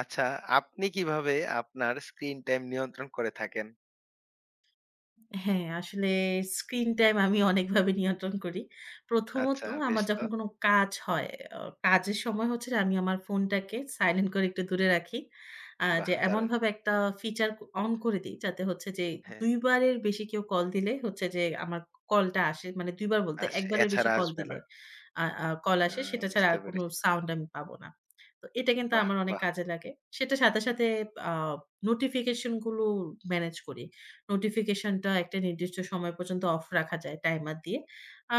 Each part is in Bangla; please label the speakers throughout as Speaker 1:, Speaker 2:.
Speaker 1: আচ্ছা, আপনি কিভাবে আপনার স্ক্রিন টাইম নিয়ন্ত্রণ করে থাকেন?
Speaker 2: হ্যাঁ, আসলে স্ক্রিন টাইম আমি অনেকভাবে নিয়ন্ত্রণ করি। প্রথমত
Speaker 1: আচ্ছা, বেশ
Speaker 2: আমার
Speaker 1: তো।
Speaker 2: যখন কোনো কাজ হয়, অ কাজের সময় হচ্ছে যে আমি আমার ফোনটাকে সাইলেন্ট করে একটু দূরে রাখি। যে
Speaker 1: বাহ! দারুণ।
Speaker 2: এমনভাবে একটা ফিচার অন করে দিই যাতে হচ্ছে যে
Speaker 1: হ্যাঁ,
Speaker 2: ২ বারের বেশি কেউ কল দিলে হচ্ছে যে আমার কলটা আসে। মানে ২ বার বলতে
Speaker 1: আস
Speaker 2: ১ বারের বেশি
Speaker 1: এছাড়া
Speaker 2: কল
Speaker 1: আসবে
Speaker 2: দিলে
Speaker 1: না।
Speaker 2: আ আ কল
Speaker 1: আ
Speaker 2: আসে সেটা ছাড়া
Speaker 1: বুঝতে
Speaker 2: আর কোনো
Speaker 1: পেরেছি।
Speaker 2: সাউন্ড আমি পাবো না। তো এটা কিন্তু
Speaker 1: বাহ!
Speaker 2: আমার অনেক
Speaker 1: বাহ!
Speaker 2: কাজে লাগে। সেটার সাথে, সাথে আ নোটিফিকেশন গুলো ম্যানেজ করি। নোটিফিকেশনটা একটা নির্দিষ্ট সময় পর্যন্ত অফ রাখা যায় টাইমার দিয়ে।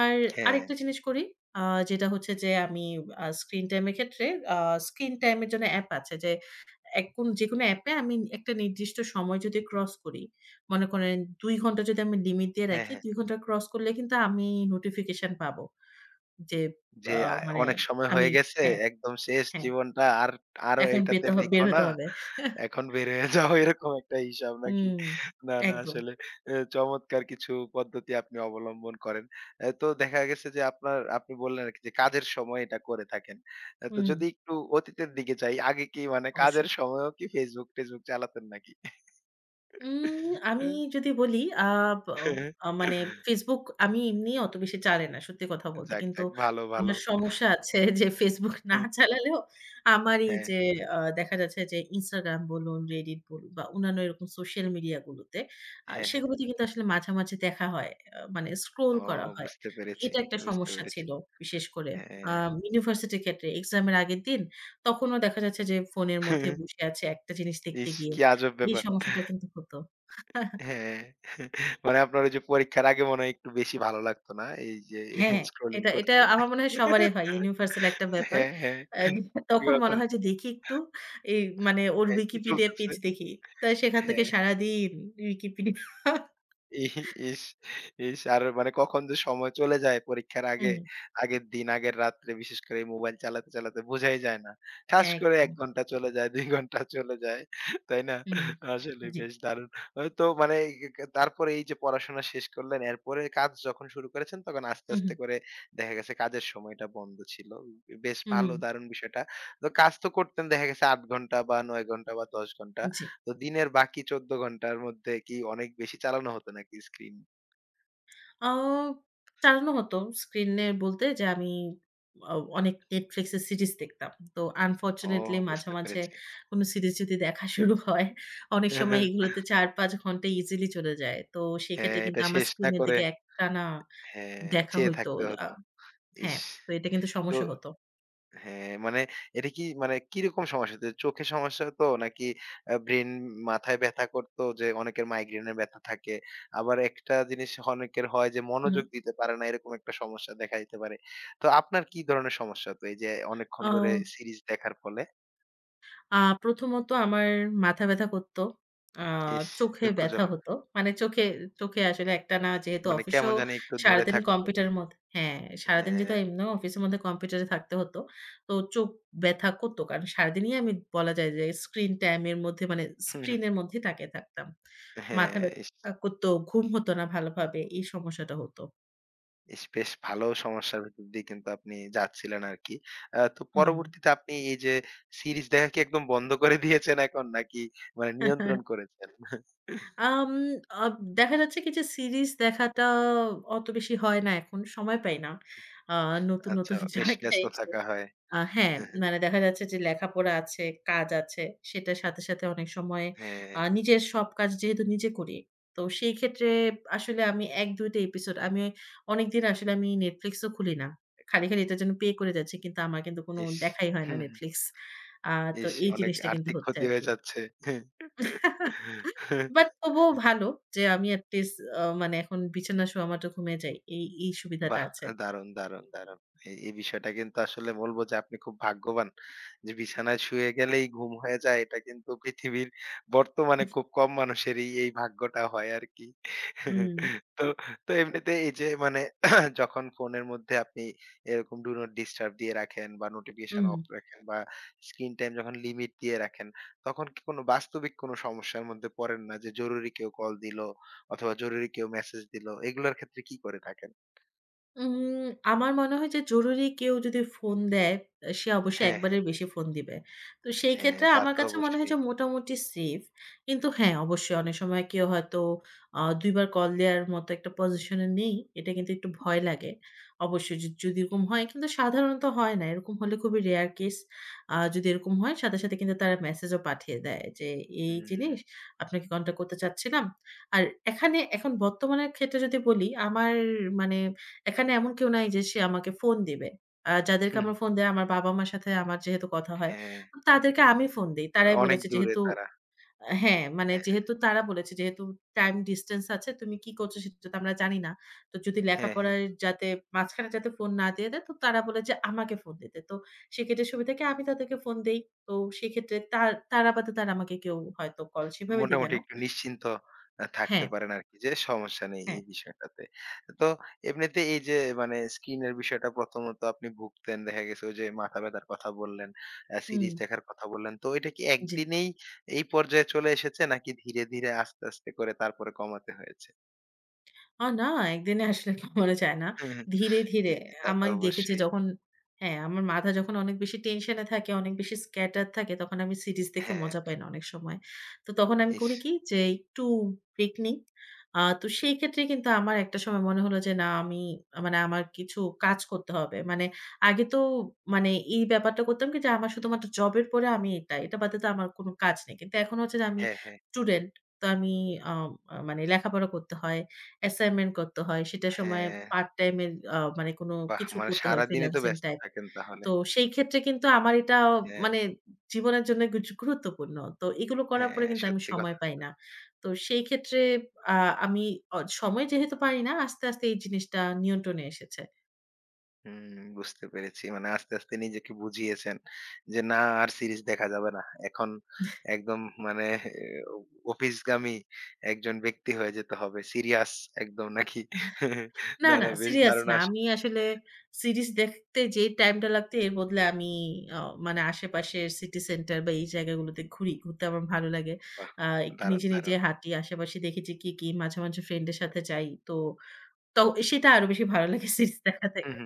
Speaker 2: আর
Speaker 1: হ্যাঁ,
Speaker 2: আরেকটা জিনিস করি, আ যেটা হচ্ছে যে আমি স্ক্রিন টাইম এর ক্ষেত্রে আ স্ক্রিন টাইম এর জন্য অ্যাপ আছে যে এখন যেকোনো অ্যাপে আমি একটা নির্দিষ্ট সময় যদি ক্রস করি, মনে করেন ২ ঘন্টা যদি আমি লিমিট দিয়ে
Speaker 1: হ্যাঁ,
Speaker 2: রাখি,
Speaker 1: হ্যাঁ।
Speaker 2: ২ ঘন্টা ক্রস করলে কিন্তু আমি নোটিফিকেশন পাবো যে
Speaker 1: যে
Speaker 2: আ
Speaker 1: আ
Speaker 2: মানে
Speaker 1: অনেক সময়
Speaker 2: আমি
Speaker 1: হয়ে গেছে,
Speaker 2: হ্যাঁ,
Speaker 1: একদম শেষ
Speaker 2: হ্যাঁ,
Speaker 1: জীবনটা আর আরো
Speaker 2: এখন
Speaker 1: এইটাতে
Speaker 2: বের
Speaker 1: দেখো
Speaker 2: হতে
Speaker 1: না।
Speaker 2: হবে।
Speaker 1: এখন বের হয়ে যাও এরকম একটা হিসাব নাকি?
Speaker 2: হুম,
Speaker 1: না, না
Speaker 2: একদম।
Speaker 1: আসলে চমৎকার কিছু পদ্ধতি আপনি অবলম্বন করেন। তো দেখা গেছে যে আপনি বললেন আরকি যে কাজের সময় এটা করে থাকেন। তো
Speaker 2: হুম,
Speaker 1: যদি একটু অতীতের দিকে যাই, আগে কি মানে কাজের
Speaker 2: অবশ্যই।
Speaker 1: সময়ও কি Facebook টেসবুক চালাতেন নাকি?
Speaker 2: উম আমি যদি বলি আ ব আ মানে Facebook আমি এমনি অত বেশি চালাই না সত্যি কথা বলতে।
Speaker 1: যাক,
Speaker 2: কিন্তু
Speaker 1: যাক ভালো, ভালো।
Speaker 2: আমার সমস্যা আছে যে Facebook না
Speaker 1: হ্যাঁ,
Speaker 2: চালালেও আমার এই
Speaker 1: হ্যাঁ,
Speaker 2: যে দেখা যাচ্ছে যে Instagram বলুন, Reddit বলুন বা অন্যান্য এরকম সোশ্যাল মিডিয়া গুলোতে
Speaker 1: হ্যাঁ।
Speaker 2: সেগুলোতে কিন্তু আসলে মাঝামাঝি দেখা হয়। মানে স্ক্রল
Speaker 1: ও,
Speaker 2: করা হয়।
Speaker 1: বুঝতে পেরেছি,
Speaker 2: এটা একটা
Speaker 1: বুঝতে
Speaker 2: সমস্যা
Speaker 1: পেরেছি।
Speaker 2: ছিল বিশেষ করে।
Speaker 1: হ্যাঁ।
Speaker 2: ইউনিভার্সিটির ক্ষেত্রে এক্সাম এর আগের দিন তখনও দেখা যাচ্ছে যে ফোনের মধ্যে বসে আছি একটা জিনিস দেখতে
Speaker 1: ইস!
Speaker 2: গিয়ে।
Speaker 1: কি আজব
Speaker 2: এই
Speaker 1: ব্যাপার।
Speaker 2: সমস্যাটা কিন্তু হতো।
Speaker 1: হ্যাঁ, মানে আপনার ওই যে পরীক্ষার আগে মনে হয় একটু বেশি ভালো লাগতো না? এই যে
Speaker 2: হ্যাঁ,
Speaker 1: স্ক্রলিং
Speaker 2: এটা এটা
Speaker 1: করতে।
Speaker 2: আমার মনে হয় সবারই হয়। ইউনিভার্সাল একটা ব্যাপার।
Speaker 1: হ্যাঁ, হ্যাঁ।
Speaker 2: আ
Speaker 1: সত্যি
Speaker 2: তখন
Speaker 1: কথা।
Speaker 2: মনে হয় যে দেখি একটু, এই মানে ওর
Speaker 1: হ্যাঁ, কি
Speaker 2: Wikipedia
Speaker 1: চলতেছে?
Speaker 2: পেজ দেখি। তা সেখান থেকে
Speaker 1: হ্যাঁ।
Speaker 2: সারাদিন Wikipedia।
Speaker 1: ইহ ইস! ইস! আর মানে কখন যে সময় চলে যায় পরীক্ষার আগে,
Speaker 2: হুম,
Speaker 1: আগের দিন, আগের রাত্রে বিশেষ করে এই মোবাইল চালাতে, চালাতে বোঝাই যায় না। ঠাস করে
Speaker 2: একদম।
Speaker 1: ১ ঘন্টা চলে যায়, ২ ঘন্টা চলে যায়। তাই না?
Speaker 2: হুম।
Speaker 1: আসলে
Speaker 2: জি।
Speaker 1: বেশ দারুণ। তো মানে এ কে তারপরে এই যে পড়াশোনা শেষ করলেন, এরপরে কাজ যখন শুরু করেছেন তখন আস্তে,
Speaker 2: হু, হু।
Speaker 1: আস্তে করে দেখা গেছে কাজের সময়টা বন্ধ ছিল। বেশ
Speaker 2: হুম,
Speaker 1: ভালো দারুণ বিষয়টা। তো কাজ তো করতেন দেখা গেছে ৮ ঘন্টা বা ৯ ঘন্টা বা ১০ ঘন্টা।
Speaker 2: জি।
Speaker 1: তো দিনের বাকি ১৪ ঘন্টার মধ্যে কি অনেক বেশি চালানো হতো নাকি স্ক্রিন?
Speaker 2: আ চালানো হতো, স্ক্রিনে বলতে যে আমি অ অনেক Netflix এর সিরিজ দেখতাম। তো
Speaker 1: ও,
Speaker 2: আনফরচুনেটলি মাঝে,
Speaker 1: বুঝতে
Speaker 2: মাঝে
Speaker 1: পেরেছি।
Speaker 2: কোন সিরিজ যদি দেখা শুরু হয়, অনেক সময় এগুলোতে ৪-৫ ঘন্টা ইজিলি চলে যায়। তো সেক্ষেত্রে
Speaker 1: হ্যাঁ,
Speaker 2: কিন্তু
Speaker 1: এটা
Speaker 2: আমার
Speaker 1: শেষ না
Speaker 2: স্ক্রিনের
Speaker 1: করে
Speaker 2: দিকে একটানা
Speaker 1: হ্যাঁ,
Speaker 2: দেখা
Speaker 1: চেয়ে
Speaker 2: হইতো।
Speaker 1: থাকতে
Speaker 2: আ
Speaker 1: হতো। ইস!
Speaker 2: হ্যাঁ, তো এটা কিন্তু
Speaker 1: তো
Speaker 2: সমস্যা হতো।
Speaker 1: হ্যাঁ, মানে এটা কি মানে কিরকম সমস্যা হতো? চোখে সমস্যা হতো নাকি ব্রেইন মাথায় ব্যাথা করতো যে অনেকের মাইগ্রেনের ব্যথা থাকে। আবার একটা জিনিস অনেকের হয় যে
Speaker 2: উহু।
Speaker 1: মনোযোগ দিতে পারে না এরকম একটা সমস্যা দেখা দিতে পারে। তো আপনার কি ধরনের সমস্যা হতো এই যে অনেকক্ষণ
Speaker 2: আ
Speaker 1: ধরে সিরিজ দেখার ফলে?
Speaker 2: আ প্রথমত আমার মাথা ব্যথা করত। আ
Speaker 1: ইস!
Speaker 2: চোখে ব্যথা
Speaker 1: দুঃখজনক।
Speaker 2: হতো। মানে চোখে চোখে আসলে একটানা যেহেতু
Speaker 1: মানে
Speaker 2: অফিসেও
Speaker 1: কেমন জানি একটু ধরে
Speaker 2: সারাদিন
Speaker 1: থাকতো।
Speaker 2: কম্পিউটারের মধ্যে হ্যাঁ, সারাদিন যেহেতু
Speaker 1: হ্যাঁ,
Speaker 2: এমনিও অফিসের মধ্যে কম্পিউটারে থাকতে হতো। তো চোখ ব্যথা করত। কারণ সারাদিনই আমি বলা যায় যে স্ক্রিন টাইম এর মধ্যে মানে স্ক্রিনের মধ্যেই তাকিয়ে থাকতাম। মাথা
Speaker 1: হ্যাঁ, ইস!
Speaker 2: ব্যথা করত, ঘুম হতো না ভালোভাবে। এই সমস্যাটা হতো।
Speaker 1: ইস! বেশ ভালো সমস্যার ভেতর দিয়ে কিন্তু আপনি যাচ্ছিলেন আরকি। তো
Speaker 2: হুম।
Speaker 1: পরবর্তীতে আপনি এই যে সিরিজ দেখা কি একদম বন্ধ করে দিয়েছেন এখন নাকি মানে নিয়ন্ত্রণ করেছেন?
Speaker 2: আম আব দেখা যাচ্ছে কি যে সিরিজ দেখাটা অত বেশি হয় না এখন, সময় পাই না। আ নতুন,
Speaker 1: আচ্ছা,
Speaker 2: নতুন
Speaker 1: বেশ
Speaker 2: জায়গায়
Speaker 1: ব্যস্ত
Speaker 2: এসে
Speaker 1: থাকা হয়।
Speaker 2: হ্যাঁ, মানে দেখা যাচ্ছে যে লেখাপড়া আছে, কাজ আছে। সেটার সাথে, সাথে অনেক সময়
Speaker 1: হ্যাঁ,
Speaker 2: নিজের সব কাজ যেহেতু নিজে করি, তো সেই ক্ষেত্রে আসলে আমি ১-২ টা এপিসোড আমি অনেকদিন আসলে আমি Netflix ও খুলি না। খালি, খালি এটার জন্য পে করে যাচ্ছি। কিন্তু আমার কিন্তু কোনো
Speaker 1: ইস!
Speaker 2: দেখাই হয় না Netflix। আ তো
Speaker 1: ইস!
Speaker 2: এই
Speaker 1: অনেক
Speaker 2: জিনিসটা কিন্তু
Speaker 1: আর্থিক
Speaker 2: হচ্ছে
Speaker 1: ক্ষতি
Speaker 2: আরকি।
Speaker 1: হয়ে যাচ্ছে।
Speaker 2: বাট তবুও ভালো যে আমি এট লিস্ট মানে এখন বিছানা শোয়া মাত্র ঘুমিয়ে যাই। এই, এই সুবিধাটা
Speaker 1: বাহ!
Speaker 2: আছে।
Speaker 1: দারুণ, দারুণ, দারুণ। এই, এই বিষয়টা কিন্তু আসলে বলব যে আপনি খুব ভাগ্যবান। যে বিছানায় শুয়ে গেলেই ঘুম হয়ে যায় এটা কিন্তু পৃথিবীর বর্তমানে খুব কম মানুষেরই এই ভাগ্যটা হয় আরকি।
Speaker 2: হুম,
Speaker 1: তো, তো এমনিতে এই যে মানে যখন ফোনের মধ্যে আপনি এরকম ডু নট ডিস্টার্ব দিয়ে রাখেন বা নোটিফিকেশন
Speaker 2: হুম।
Speaker 1: অফ রাখেন বা স্ক্রিন টাইম যখন লিমিট দিয়ে রাখেন, তখন কি কোনো বাস্তবিক কোনো সমস্যার মধ্যে পড়েন না? যে জরুরি কেউ কল দিল অথবা জরুরি কেউ মেসেজ দিল, এগুলোর ক্ষেত্রে কি করে থাকেন?
Speaker 2: উম আমার মনে হয় যে জরুরি কেউ যদি ফোন দেয়, সে অবশ্যই
Speaker 1: হ্যাঁ, হ্যাঁ,
Speaker 2: একবারের বেশি ফোন দিবে। তো সেই
Speaker 1: হ্যাঁ,
Speaker 2: ক্ষেত্রে
Speaker 1: তা
Speaker 2: আমার
Speaker 1: তো
Speaker 2: কাছে মনে হয়
Speaker 1: অবশ্যই।
Speaker 2: যে মোটামুটি সেফ। কিন্তু হ্যাঁ, অবশ্যই অনেক সময় কেউ হয়তো ২ বার কল দেওয়ার মতো একটা পজিশন এ নেই। এটা কিন্তু একটু ভয় লাগে। অবশ্যই যদি এরকম হয় কিন্তু সাধারণত হয় না। এরকম হলে খুবই রেয়ার কেস। যদি এরকম হয় সাথে, সাথে কিন্তু তারা মেসেজও পাঠিয়ে দেয় যে, "এই
Speaker 1: হুম,
Speaker 2: জিনিস আপনাকে কনট্যাক্ট করতে চাচ্ছিলাম।" আর এখানে এখন বর্তমানের ক্ষেত্রে যদি বলি আমার মানে এখানে এমন কেউ নাই যে সে আমাকে ফোন দিবে। যাদেরকে
Speaker 1: হুম,
Speaker 2: আমার ফোন দেয়, আমার বাবা-মার সাথে আমার যেহেতু কথা হয়,
Speaker 1: হ্যাঁ,
Speaker 2: তো তাদেরকে আমি ফোন দেই। তারাই
Speaker 1: অনেক
Speaker 2: বলেছে
Speaker 1: দূরে
Speaker 2: যেহেতু
Speaker 1: তারা।
Speaker 2: হ্যাঁ, মানে
Speaker 1: হ্যাঁ,
Speaker 2: যেহেতু তারা বলেছে যেহেতু টাইম ডিসট্যান্স আছে, তুমি কি করছো সেটা তো আমরা জানি না। তো যদি
Speaker 1: হ্যাঁ, হ্যাঁ।
Speaker 2: লেখাপড়ায় যাতে মাঝখানে যাতে ফোন না দিয়ে দেয় তো তারা বলে যে আমাকে ফোন দিতে। তো সেক্ষেত্রে সুবিধা কি, আমি তাদেরকে ফোন দেই। তো সেক্ষেত্রে তারা বাদে তারা আমাকে কেউ হয়তো কল সেভাবে দিবে
Speaker 1: মোটামুটি
Speaker 2: না।
Speaker 1: একটু নিশ্চিন্ত
Speaker 2: হ্যাঁ,
Speaker 1: থাকতে পারেন আরকি যে সমস্যা নেই
Speaker 2: হ্যাঁ।
Speaker 1: এই বিষয়টাতে। তো এমনিতে এই যে মানে স্কিনের বিষয়টা প্রথমত আপনি ভুগতেন। দেখা গেছে ওই যে মাথা ব্যাথার কথা বললেন,
Speaker 2: হুম,
Speaker 1: সিরিজ দেখার কথা বললেন। তো এটা কি
Speaker 2: জি।
Speaker 1: একদিনেই এই পর্যায়ে চলে এসেছে নাকি ধীরে, ধীরে আস্তে, আস্তে করে তারপরে কমাতে হয়েছে?
Speaker 2: না, একদিনে আসলে কমানো যায় না। ধীরে, ধীরে
Speaker 1: জি, জি, তা
Speaker 2: আমি
Speaker 1: তো
Speaker 2: দেখেছি
Speaker 1: অবশ্যই।
Speaker 2: যখন হ্যাঁ, আমার মাথা যখন অনেক বেশি টেনশন এ থাকে, অনেক বেশি scattered থাকে তখন আমি সিরিজ দেখেও
Speaker 1: হ্যাঁ,
Speaker 2: মজা পাই না অনেক সময়। তো তখন আমি
Speaker 1: ইস!
Speaker 2: করি কি, যে একটু ব্রেক নেই। তো সেই ক্ষেত্রে কিন্তু আমার একটা সময় মনে হলো যে না আমি মানে আমার কিছু কাজ করতে হবে। মানে আগে তো মানে এই ব্যাপারটা করতাম কি যে আমার শুধুমাত্র জবের পরে আমি এটা, এটা বাদে তো আমার কোনো কাজ নেই। কিন্তু এখন হচ্ছে যে আমি
Speaker 1: হ্যাঁ, হ্যাঁ,
Speaker 2: স্টুডেন্ট। তো আমি আ মানে লেখাপড়া করতে হয়। অ্যাসাইনমেন্ট করতে হয়। সেটার সময়
Speaker 1: হ্যাঁ।
Speaker 2: পার্ট টাইম এর মানে কোনো
Speaker 1: বাহ!
Speaker 2: কিছু
Speaker 1: মানে
Speaker 2: করতে হয়,
Speaker 1: সারাদিনই তো
Speaker 2: ফ্রিল্যান্সিং
Speaker 1: ব্যস্ত
Speaker 2: টাইপ।
Speaker 1: থাকেন তাহলে।
Speaker 2: তো সেই ক্ষেত্রে কিন্তু আমার এটা
Speaker 1: হ্যাঁ,
Speaker 2: মানে জীবনের জন্য গুরুত্বপূর্ণ। তো এগুলো করার পরে
Speaker 1: হ্যাঁ,
Speaker 2: কিন্তু আমি
Speaker 1: সত্যি
Speaker 2: সময়
Speaker 1: কথা।
Speaker 2: পাই না। তো সেই ক্ষেত্রে আ আমি সময় যেহেতু পাই না, আস্তে, আস্তে এই জিনিসটা নিয়ন্ত্রণে এসেছে।
Speaker 1: হুম, বুঝতে পেরেছি। মানে আস্তে, আস্তে নিজেকে বুঝিয়েছেন যে, না আর সিরিজ দেখা যাবে না। এখন একদম মানে অ অফিসগামী একজন ব্যক্তি হয়ে যেতে হবে। সিরিয়াস একদম নাকি?
Speaker 2: না,
Speaker 1: না,
Speaker 2: না
Speaker 1: না বেশ
Speaker 2: সিরিয়াস
Speaker 1: দারুণ
Speaker 2: না। আমি
Speaker 1: আসলে।
Speaker 2: আসলে সিরিজ দেখতে যে টাইমটা লাগতো এর বদলে আমি অ মানে আশেপাশের সিটি সেন্টার বা এই জায়গাগুলোতে ঘুরি। ঘুরতে আমার ভালো লাগে।
Speaker 1: বাহ!
Speaker 2: আ একটু
Speaker 1: দারুণ,
Speaker 2: নিজে, নিজে
Speaker 1: দারুণ।
Speaker 2: হাঁটি। আশেপাশে দেখি যে কি, কি, মাঝে, মাঝে ফ্রেন্ডের সাথে যাই। তো, তো সেটা আরো বেশি ভালো লাগে সিরিজ দেখা
Speaker 1: হু,
Speaker 2: থেকে।
Speaker 1: হু।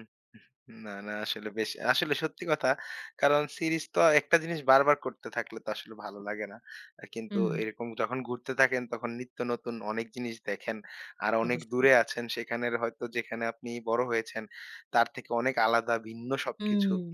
Speaker 1: না, না আসলে বেশ আসলে সত্যি কথা। কারণ সিরিজ তো একটা জিনিস বারবার করতে থাকলে তো আসলে ভালো লাগে না। কিন্তু
Speaker 2: হুম,
Speaker 1: এরকম যখন ঘুরতে থাকেন তখন নিত্য নতুন অনেক জিনিস দেখেন। আর অনেক
Speaker 2: অবশ্যই।
Speaker 1: দূরে আছেন সেখানের হয়তো যেখানে আপনি বড় হয়েছেন তার থেকে অনেক আলাদা ভিন্ন সবকিছু।
Speaker 2: হুম,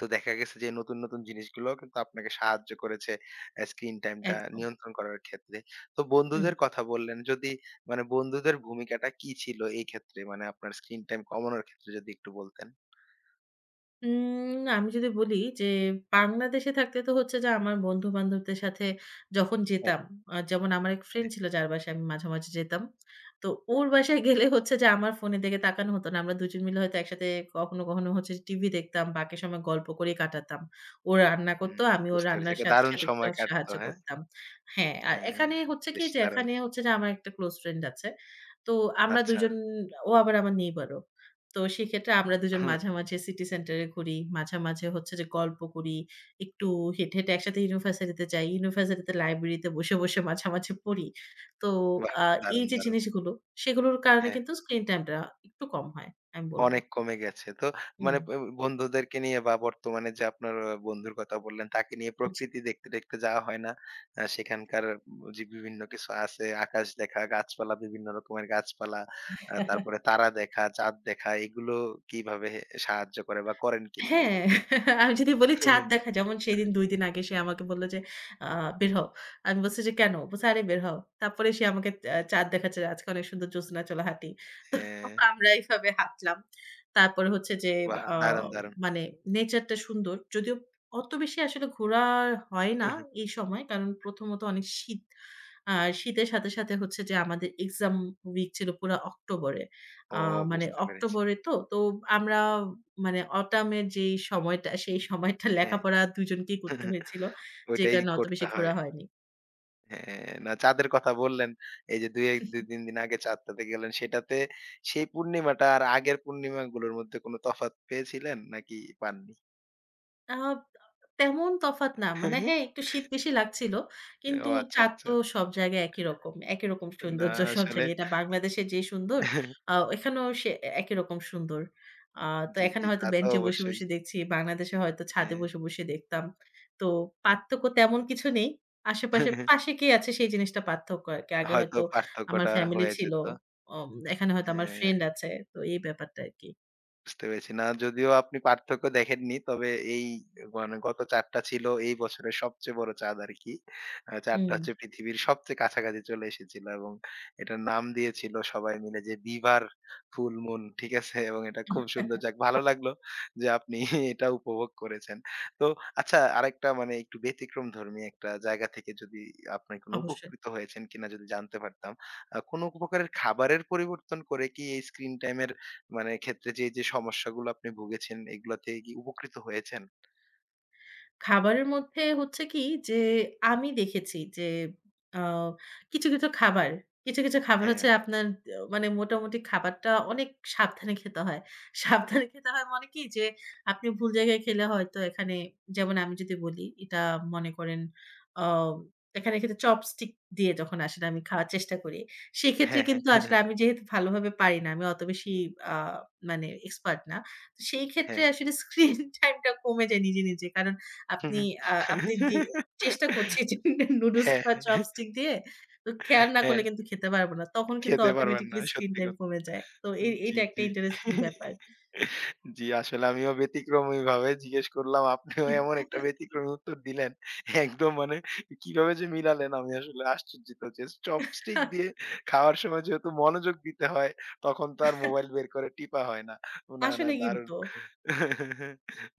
Speaker 1: তো দেখা গেছে যে নতুন, নতুন জিনিসগুলো কিন্তু আপনাকে সাহায্য করেছে স্ক্রিন টাইমটা
Speaker 2: একদম।
Speaker 1: নিয়ন্ত্রণ করার ক্ষেত্রে। তো
Speaker 2: হুম।
Speaker 1: বন্ধুদের কথা বললেন, যদি মানে বন্ধুদের ভূমিকাটা কি ছিল এই ক্ষেত্রে? মানে আপনার স্ক্রিন টাইম কমানোর ক্ষেত্রে যদি একটু বলতেন।
Speaker 2: আমি যদি বলি যে বাংলাদেশে থাকতে তো হচ্ছে যে আমার বন্ধু-বান্ধবদের সাথে যখন
Speaker 1: হ্যাঁ,
Speaker 2: যেতাম, যেমন আমার এক ফ্রেন্ড
Speaker 1: হ্যাঁ।
Speaker 2: ছিল যার বাসায় আমি মাঝে, মাঝে যেতাম। তো ওর বাসায় গেলে হচ্ছে যে আমার ফোনের দিকে তাকানো হতো না। আমরা দুজন মিলে হয়তো একসাথে কখনো, কখনো হচ্ছে টিভি দেখতাম, বাকি সময় গল্প করেই কাটাতাম। ও রান্না
Speaker 1: হুম,
Speaker 2: করতো, আমি ওর
Speaker 1: বুঝতে পেরেছি।
Speaker 2: রান্নার
Speaker 1: একটা
Speaker 2: সাথে,
Speaker 1: দারুণ
Speaker 2: সাথে একটু
Speaker 1: সময় কাটতো,
Speaker 2: সাহায্য
Speaker 1: হ্যাঁ?
Speaker 2: করতাম। হ্যাঁ, আর
Speaker 1: হ্যাঁ,
Speaker 2: এখানে হচ্ছে কি
Speaker 1: বেশ
Speaker 2: যে
Speaker 1: দারুণ।
Speaker 2: এখানে হচ্ছে যে আমার একটা ক্লোজ ফ্রেন্ড আছে। তো আমরা
Speaker 1: আচ্ছা।
Speaker 2: দুজন, ও আবার আমার নেইবারও। তো সেক্ষেত্রে আমরা দুজন
Speaker 1: হুম,
Speaker 2: মাঝামাঝি সিটি সেন্টারে ঘুরি। মাঝামাঝি হচ্ছে যে গল্প করি। একটু হেঁটে, হেঁটে একসাথে ইউনিভার্সিটিতে যাই। ইউনিভার্সিটিতে লাইব্রেরিতে বসে, বসে মাঝামাঝি পড়ি। তো
Speaker 1: বাহ!
Speaker 2: আ এই
Speaker 1: দারুণ,
Speaker 2: যে
Speaker 1: দারুণ।
Speaker 2: জিনিসগুলো, সেগুলোর কারণে
Speaker 1: হ্যাঁ।
Speaker 2: কিন্তু স্ক্রিন টাইমটা একটু কম হয়, আমি বলব।
Speaker 1: অনেক কমে গেছে। তো
Speaker 2: হুম,
Speaker 1: মানে বন্ধুদেরকে নিয়ে বা বর্তমানে যে আপনার বন্ধুর কথা বললেন, তাকে নিয়ে
Speaker 2: জি।
Speaker 1: প্রকৃতি দেখতে, দেখতে যাওয়া হয় না। সেখানকার যে বিভিন্ন কিছু আছে, আকাশ দেখা, গাছপালা, বিভিন্ন রকমের গাছপালা, তারপরে তারা দেখা, চাঁদ দেখা, এগুলো কিভাবে সাহায্য করে বা করেন কিনা
Speaker 2: হ্যাঁ,
Speaker 1: এগুলো?
Speaker 2: আমি যদি বলি চাঁদ দেখা, যেমন সেদিন ২ দিন আগে সে আমাকে বলল যে, "আ বের হও।" আমি বলছি যে, "কেন?" বলছে, "আরে বের হও।" তারপরে সে আমাকে চাঁদ দেখাচ্ছে যে আজকে অনেক সুন্দর জ্যোৎস্না, চলো হাঁটি। তো
Speaker 1: হ্যাঁ,
Speaker 2: আমরা এইভাবে হাঁটলাম। তারপরে হচ্ছে যে
Speaker 1: বাহ!
Speaker 2: আ
Speaker 1: দারুণ, দারুণ।
Speaker 2: মানে নেচারটা সুন্দর। যদিও অত বেশি আসলে ঘোরা হয় না এই সময়। কারণ প্রথমত অনেক শীত। আর শীতের সাথে, সাথে হচ্ছে যে আমাদের এক্সাম উইক ছিল পুরা অক্টোবরে। আ
Speaker 1: ও,
Speaker 2: মানে
Speaker 1: বুঝতে পেরেছি।
Speaker 2: অক্টোবরে তো, তো আমরা মানে অটামের যেই সময়টা, সেই সময়টা
Speaker 1: হ্যাঁ,
Speaker 2: লেখাপড়া দুজনকেই করতে হয়েছিল। যে
Speaker 1: ওইটাই
Speaker 2: কারণে অত
Speaker 1: করতে
Speaker 2: বেশি
Speaker 1: হয়।
Speaker 2: ঘোরা হয়নি।
Speaker 1: হ্যাঁ, না চাঁদের কথা বললেন। এই যে ২ এক ২-৩ দিন আগে চাঁদটাতে গেলেন সেটাতে সেই পূর্ণিমাটা আর আগের পূর্ণিমাগুলোর মধ্যে কোনো তফাৎ পেয়েছিলেন নাকি পাননি?
Speaker 2: আ তেমন তফাৎ না। মানে হ্যাঁ, একটু শীত বেশি লাগছিল। কিন্তু
Speaker 1: ও, আচ্ছা,
Speaker 2: চাঁদ
Speaker 1: আচ্ছা।
Speaker 2: তো সব জায়গায় একই রকম। একই রকম
Speaker 1: না
Speaker 2: সৌন্দর্য সব
Speaker 1: আসলে
Speaker 2: জায়গায়। এটা বাংলাদেশে যে সুন্দর, এখানেও সে একই রকম সুন্দর। আ তো
Speaker 1: জি,
Speaker 2: এখানে
Speaker 1: জি
Speaker 2: হয়তো
Speaker 1: তা তো
Speaker 2: বেঞ্চে বসে,
Speaker 1: অবশ্যই।
Speaker 2: বসে দেখছি। বাংলাদেশে হয়তো ছাদে
Speaker 1: হ্যাঁ।
Speaker 2: বসে, বসে দেখতাম। তো পার্থক্য তেমন কিছু নেই। আশেপাশে পাশে কে আছে সেই জিনিসটা পার্থক্য আরকি। আগে
Speaker 1: হয়তো
Speaker 2: হয়তো আমার
Speaker 1: পার্থক্যটা
Speaker 2: ফ্যামিলি
Speaker 1: হয়ে
Speaker 2: ছিল।
Speaker 1: যেত।
Speaker 2: এখানে হয়তো আমার
Speaker 1: হ্যাঁ।
Speaker 2: ফ্রেন্ড আছে। তো এই ব্যাপারটা আরকি।
Speaker 1: বুঝতে পেরেছি। না যদিও আপনি পার্থক্য দেখেননি, তবে এই মানে গত ৪ টা ছিল এই বছরের সবচেয়ে বড় চাঁদ আরকি। ৪ টা
Speaker 2: হুম।
Speaker 1: হচ্ছে পৃথিবীর সবচেয়ে কাছাকাছি চলে এসেছিল এবং এটার নাম দিয়েছিল সবাই মিলে যে বিভার ফুল মুন, ঠিক আছে? এবং এটা খুব সুন্দর। যাক ভালো লাগলো যে আপনি এটা উপভোগ করেছেন। তো আচ্ছা আরেকটা মানে একটু ব্যতিক্রমধর্মী একটা জায়গা থেকে যদি আপনি কোনো
Speaker 2: অবশ্যই।
Speaker 1: উপকৃত হয়েছেন কিনা যদি জানতে পারতাম। কোনো প্রকারের খাবারের পরিবর্তন করে কি এই স্ক্রিন টাইম এর মানে ক্ষেত্রে যে, যে সমস্যাগুলো আপনি ভুগেছেন এগুলা থেকে কি উপকৃত হয়েছেন?
Speaker 2: খাবারের মধ্যে হচ্ছে কি যে আমি দেখেছি যে আ কিছু, কিছু খাবার, কিছু, কিছু খাবার
Speaker 1: হ্যাঁ,
Speaker 2: হচ্ছে আপনার মানে মোটামুটি খাবারটা অনেক সাবধানে খেতে হয়। সাবধানে খেতে হয় মানে কি যে আপনি ভুল জায়গায় খেলে হয়তো এখানে, যেমন আমি যদি বলি এটা মনে করেন আ এখানে কিন্তু চপস্টিক দিয়ে যখন আসলে আমি খাওয়ার চেষ্টা করি। সেক্ষেত্রে
Speaker 1: হ্যাঁ,
Speaker 2: কিন্তু আসলে
Speaker 1: হ্যাঁ,
Speaker 2: আমি যেহেতু ভালোভাবে পারি না, আমি অত বেশি আ মানে এক্সপার্ট না। তো সেই ক্ষেত্রে
Speaker 1: হ্যাঁ।
Speaker 2: আসলে স্ক্রিন টাইমটা কমে যায় নিজে, নিজে। কারণ আপনি আপনি যে চেষ্টা করছি যে নুডলস
Speaker 1: হ্যাঁ,
Speaker 2: খাওয়ার
Speaker 1: হ্যাঁ,
Speaker 2: চপস্টিক দিয়ে, তো খেয়াল না
Speaker 1: হ্যাঁ,
Speaker 2: করলে কিন্তু খেতে পারব না। তখন কিন্তু
Speaker 1: খেতে পারবেন না
Speaker 2: অটোমেটিক্যালি স্ক্রিন
Speaker 1: সত্যি
Speaker 2: টাইম
Speaker 1: কথা।
Speaker 2: কমে যায়। তো এই
Speaker 1: জি,
Speaker 2: এইটা একটা
Speaker 1: জি।
Speaker 2: ইন্টারেস্টিং ব্যাপার।
Speaker 1: জি, আসলে আমিও ব্যতিক্রমীভাবে জিজ্ঞেস করলাম। আপনিও এমন একটা ব্যতিক্রমী উত্তর দিলেন। একদম মানে কিভাবে যে মিলালেন আমি আসলে আশ্চর্যিত যে চপস্টিক দিয়ে খাওয়ার সময় যেহেতু মনোযোগ দিতে হয়, তখন তো আর মোবাইল বের করে টিপা হয় না। না, না
Speaker 2: আসলে
Speaker 1: দারুণ।
Speaker 2: কিন্তু।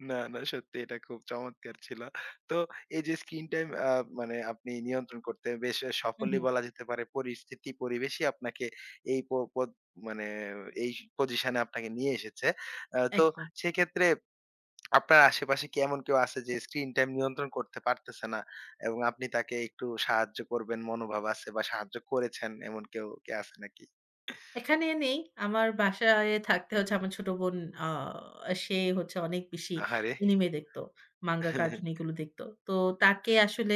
Speaker 1: না, না সত্যি এটা খুব চমৎকার ছিল। তো এই যে স্ক্রিন টাইম মানে আপনি নিয়ন্ত্রণ করতে বেশ
Speaker 2: হু, হু।
Speaker 1: সফলই বলা যেতে পারে। পরিস্থিতি পরিবেশই আপনাকে এই প পদ মানে এই পজিশনে আপনাকে নিয়ে এসেছে। তো
Speaker 2: একদম।
Speaker 1: সেক্ষেত্রে আপনার আশেপাশে কি এমন কেউ আছে যে স্ক্রিন টাইম নিয়ন্ত্রণ করতে পারতেছে না এবং আপনি তাকে একটু সাহায্য করবেন মনোভাব আছে বা সাহায্য করেছেন এমন কেউ কি আছে নাকি?
Speaker 2: এখানে নেই। আমার বাসায় থাকতে হচ্ছে আমার ছোট বোন, আ সে হচ্ছে অনেক বেশি
Speaker 1: আহারে!
Speaker 2: এনিমে দেখতো। মাঙ্গা, কার্টুন এগুলো দেখতো। তো তাকে আসলে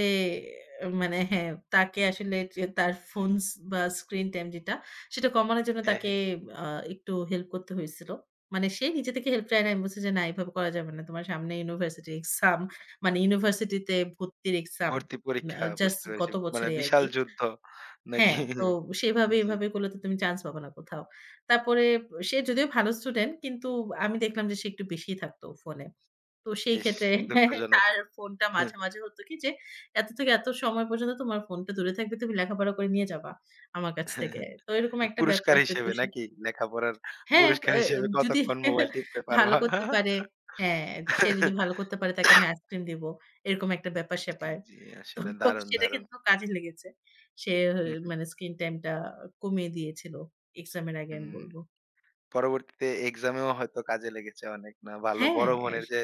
Speaker 2: মানে হ্যাঁ, তাকে আসলে যে তার ফোনস বা স্ক্রিন টাইম যেটা, সেটা কমানোর জন্য
Speaker 1: হ্যাঁ,
Speaker 2: তাকে
Speaker 1: হ্যাঁ।
Speaker 2: আ একটু হেল্প করতে হয়েছিল। মানে সে নিজে থেকে হেল্প চায় নাই। আমি বলছি যে, "না, এভাবে করা যাবে না। তোমার সামনে ইউনিভার্সিটি এক্সাম," মানে ইউনিভার্সিটিতে ভর্তির এক্সাম।
Speaker 1: ভর্তি পরীক্ষা
Speaker 2: জাস্ট
Speaker 1: বুঝতে পেরেছি।
Speaker 2: গত
Speaker 1: মানে
Speaker 2: বছরেই
Speaker 1: বিশাল
Speaker 2: আরকি।
Speaker 1: যুদ্ধ নাকি?
Speaker 2: হ্যাঁ, তো সেভাবে
Speaker 1: জি।
Speaker 2: এভাবে করলে তো তুমি চান্স পাবা না কোথাও। তারপরে সে যদিও ভালো স্টুডেন্ট কিন্তু আমি দেখলাম যে সে একটু বেশিই থাকতো ফোনে। তো সেই
Speaker 1: ইস!
Speaker 2: ক্ষেত্রে
Speaker 1: দুঃখজনক।
Speaker 2: তার ফোনটা মাঝে, মাঝে হতো কি যে এত থেকে এত সময় পর্যন্ত তোমার ফোনটা দূরে থাকবে, তুমি লেখাপড়া করে নিয়ে যাবা আমার কাছ থেকে। তো এরকম একটা
Speaker 1: পুরস্কার
Speaker 2: ব্যাপার, যদিও
Speaker 1: হিসেবে
Speaker 2: সে
Speaker 1: নাকি? লেখাপড়ার
Speaker 2: হ্যাঁ,
Speaker 1: পুরস্কার
Speaker 2: এ
Speaker 1: হিসেবে
Speaker 2: যদি
Speaker 1: কতক্ষণ মোবাইল টিপতে
Speaker 2: ভালো
Speaker 1: পারবা?
Speaker 2: করতে পারে, হ্যাঁ, সে যদি ভালো করতে পারে তাকে আমি আইসক্রিম দিব। এরকম একটা
Speaker 1: জি,
Speaker 2: ব্যাপার-স্যাপার।
Speaker 1: জি।
Speaker 2: তো
Speaker 1: আসলে দারুণ,
Speaker 2: সেটা
Speaker 1: দারুণ।
Speaker 2: কিন্তু কাজে লেগেছে। সে
Speaker 1: হুম, হুম।
Speaker 2: মানে স্ক্রিন টাইম টা কমিয়ে দিয়েছিল এক্সাম এর আগে, আমি
Speaker 1: হুম।
Speaker 2: বলব।
Speaker 1: পরবর্তীতে এক্সামেও হয়তো কাজে লেগেছে অনেক। না ভালো বড়
Speaker 2: হ্যাঁ,
Speaker 1: বোনের যে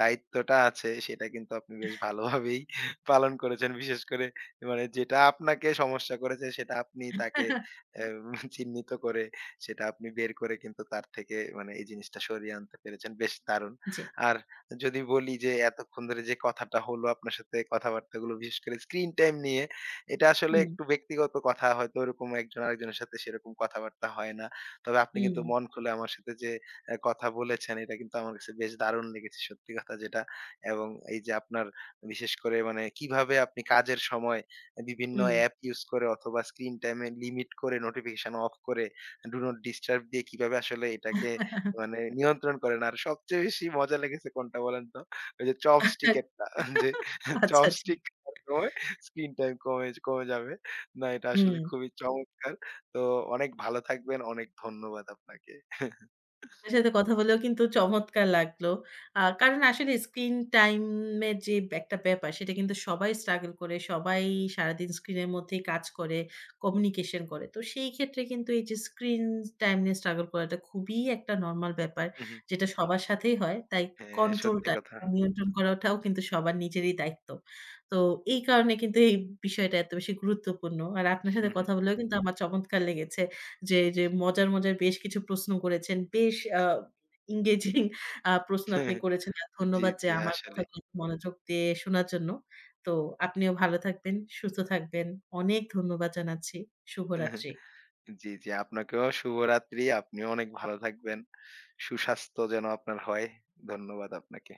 Speaker 1: দায়িত্বটা আছে সেটা কিন্তু আপনি বেশ ভালোভাবেই পালন করেছেন। বিশেষ করে মানে যেটা আপনাকে সমস্যা করেছে সেটা আপনি তাকে অ্যা চিহ্নিত করে সেটা আপনি বের করে কিন্তু তার থেকে মানে এই জিনিসটা সরিয়ে আনতে পেরেছেন। বেশ দারুণ।
Speaker 2: জি।
Speaker 1: আর যদি বলি যে এতক্ষণ ধরে যে কথাটা হলো আপনার সাথে কথাবার্তাগুলো বিশেষ করে স্ক্রিন টাইম নিয়ে, এটা আসলে
Speaker 2: হুম,
Speaker 1: একটু ব্যক্তিগত কথা হয়তো ওরকম একজন আরেকজনের সাথে সেরকম কথাবার্তা হয় না। তবে আপনি
Speaker 2: হুম,
Speaker 1: কিন্তু মন খুলে আমার সাথে যে কথা বলেছেন এটা কিন্তু আমার কাছে বেশ দারুণ লেগেছে সত্যি কথা যেটা। এবং এই যে আপনার বিশেষ করে মানে কিভাবে আপনি কাজের সময় বিভিন্ন
Speaker 2: হুম।
Speaker 1: অ্যাপ ইউজ করে অথবা স্ক্রিন টাইম এ লিমিট করে নোটিফিকেশন অফ করে ডু নট ডিস্টার্ব দিয়ে কিভাবে আসলে এটাকে মানে নিয়ন্ত্রণ করেন। আর সবচেয়ে বেশি মজা লেগেছে কোনটা বলেন তো? ওই যে চপস্টিক এরটা যে
Speaker 2: আচ্ছা, জি।
Speaker 1: চপস্টিক খাওয়ার সময় স্ক্রিন টাইম কমে কমে যাবে। না এটা
Speaker 2: হুম।
Speaker 1: আসলে খুবই চমৎকার। তো অনেক ভালো থাকবেন। অনেক ধন্যবাদ আপনাকে।
Speaker 2: আপনার সাথে কথা বলেও কিন্তু চমৎকার লাগলো। কারণ আসলে স্ক্রিন টাইম এর যে একটা ব্যাপার সেটা কিন্তু সবাই স্ট্রাগল করে, সবাই সারাদিন স্ক্রিনের মধ্যেই কাজ করে, কমিউনিকেশন করে। তো সেই ক্ষেত্রে কিন্তু এই যে স্ক্রিন টাইম নিয়ে স্ট্রাগল করাটা খুবই একটা নরমাল ব্যাপার।
Speaker 1: হু, হু।
Speaker 2: যেটা সবার সাথেই হয়। তাই
Speaker 1: হ্যাঁ, সত্যি
Speaker 2: কন্ট্রোলটা
Speaker 1: কথা।
Speaker 2: নিয়ন্ত্রণ করাটাও কিন্তু সবার নিজেরই দায়িত্ব। তো এই কারণে কিন্তু এই বিষয়টা এত বেশি গুরুত্বপূর্ণ। আর আপনার
Speaker 1: হু,
Speaker 2: সাথে
Speaker 1: হু।
Speaker 2: কথা বলেও কিন্তু আমার চমৎকার লেগেছে। যে, যে মজার, মজার বেশ কিছু প্রশ্ন করেছেন। বেশ engaging প্রশ্ন আপনি করেছেন। আর
Speaker 1: জি,
Speaker 2: ধন্যবাদ যে
Speaker 1: জি
Speaker 2: আমার
Speaker 1: আসলেই।
Speaker 2: কথাগুলো মনোযোগ দিয়ে শোনার জন্য। তো আপনিও ভালো থাকবেন, সুস্থ থাকবেন। অনেক ধন্যবাদ জানাচ্ছি। শুভরাত্রি।
Speaker 1: জি, জি আপনাকেও শুভরাত্রি। আপনিও অনেক ভালো থাকবেন। সুস্বাস্থ্য যেন আপনার হয়। ধন্যবাদ আপনাকে।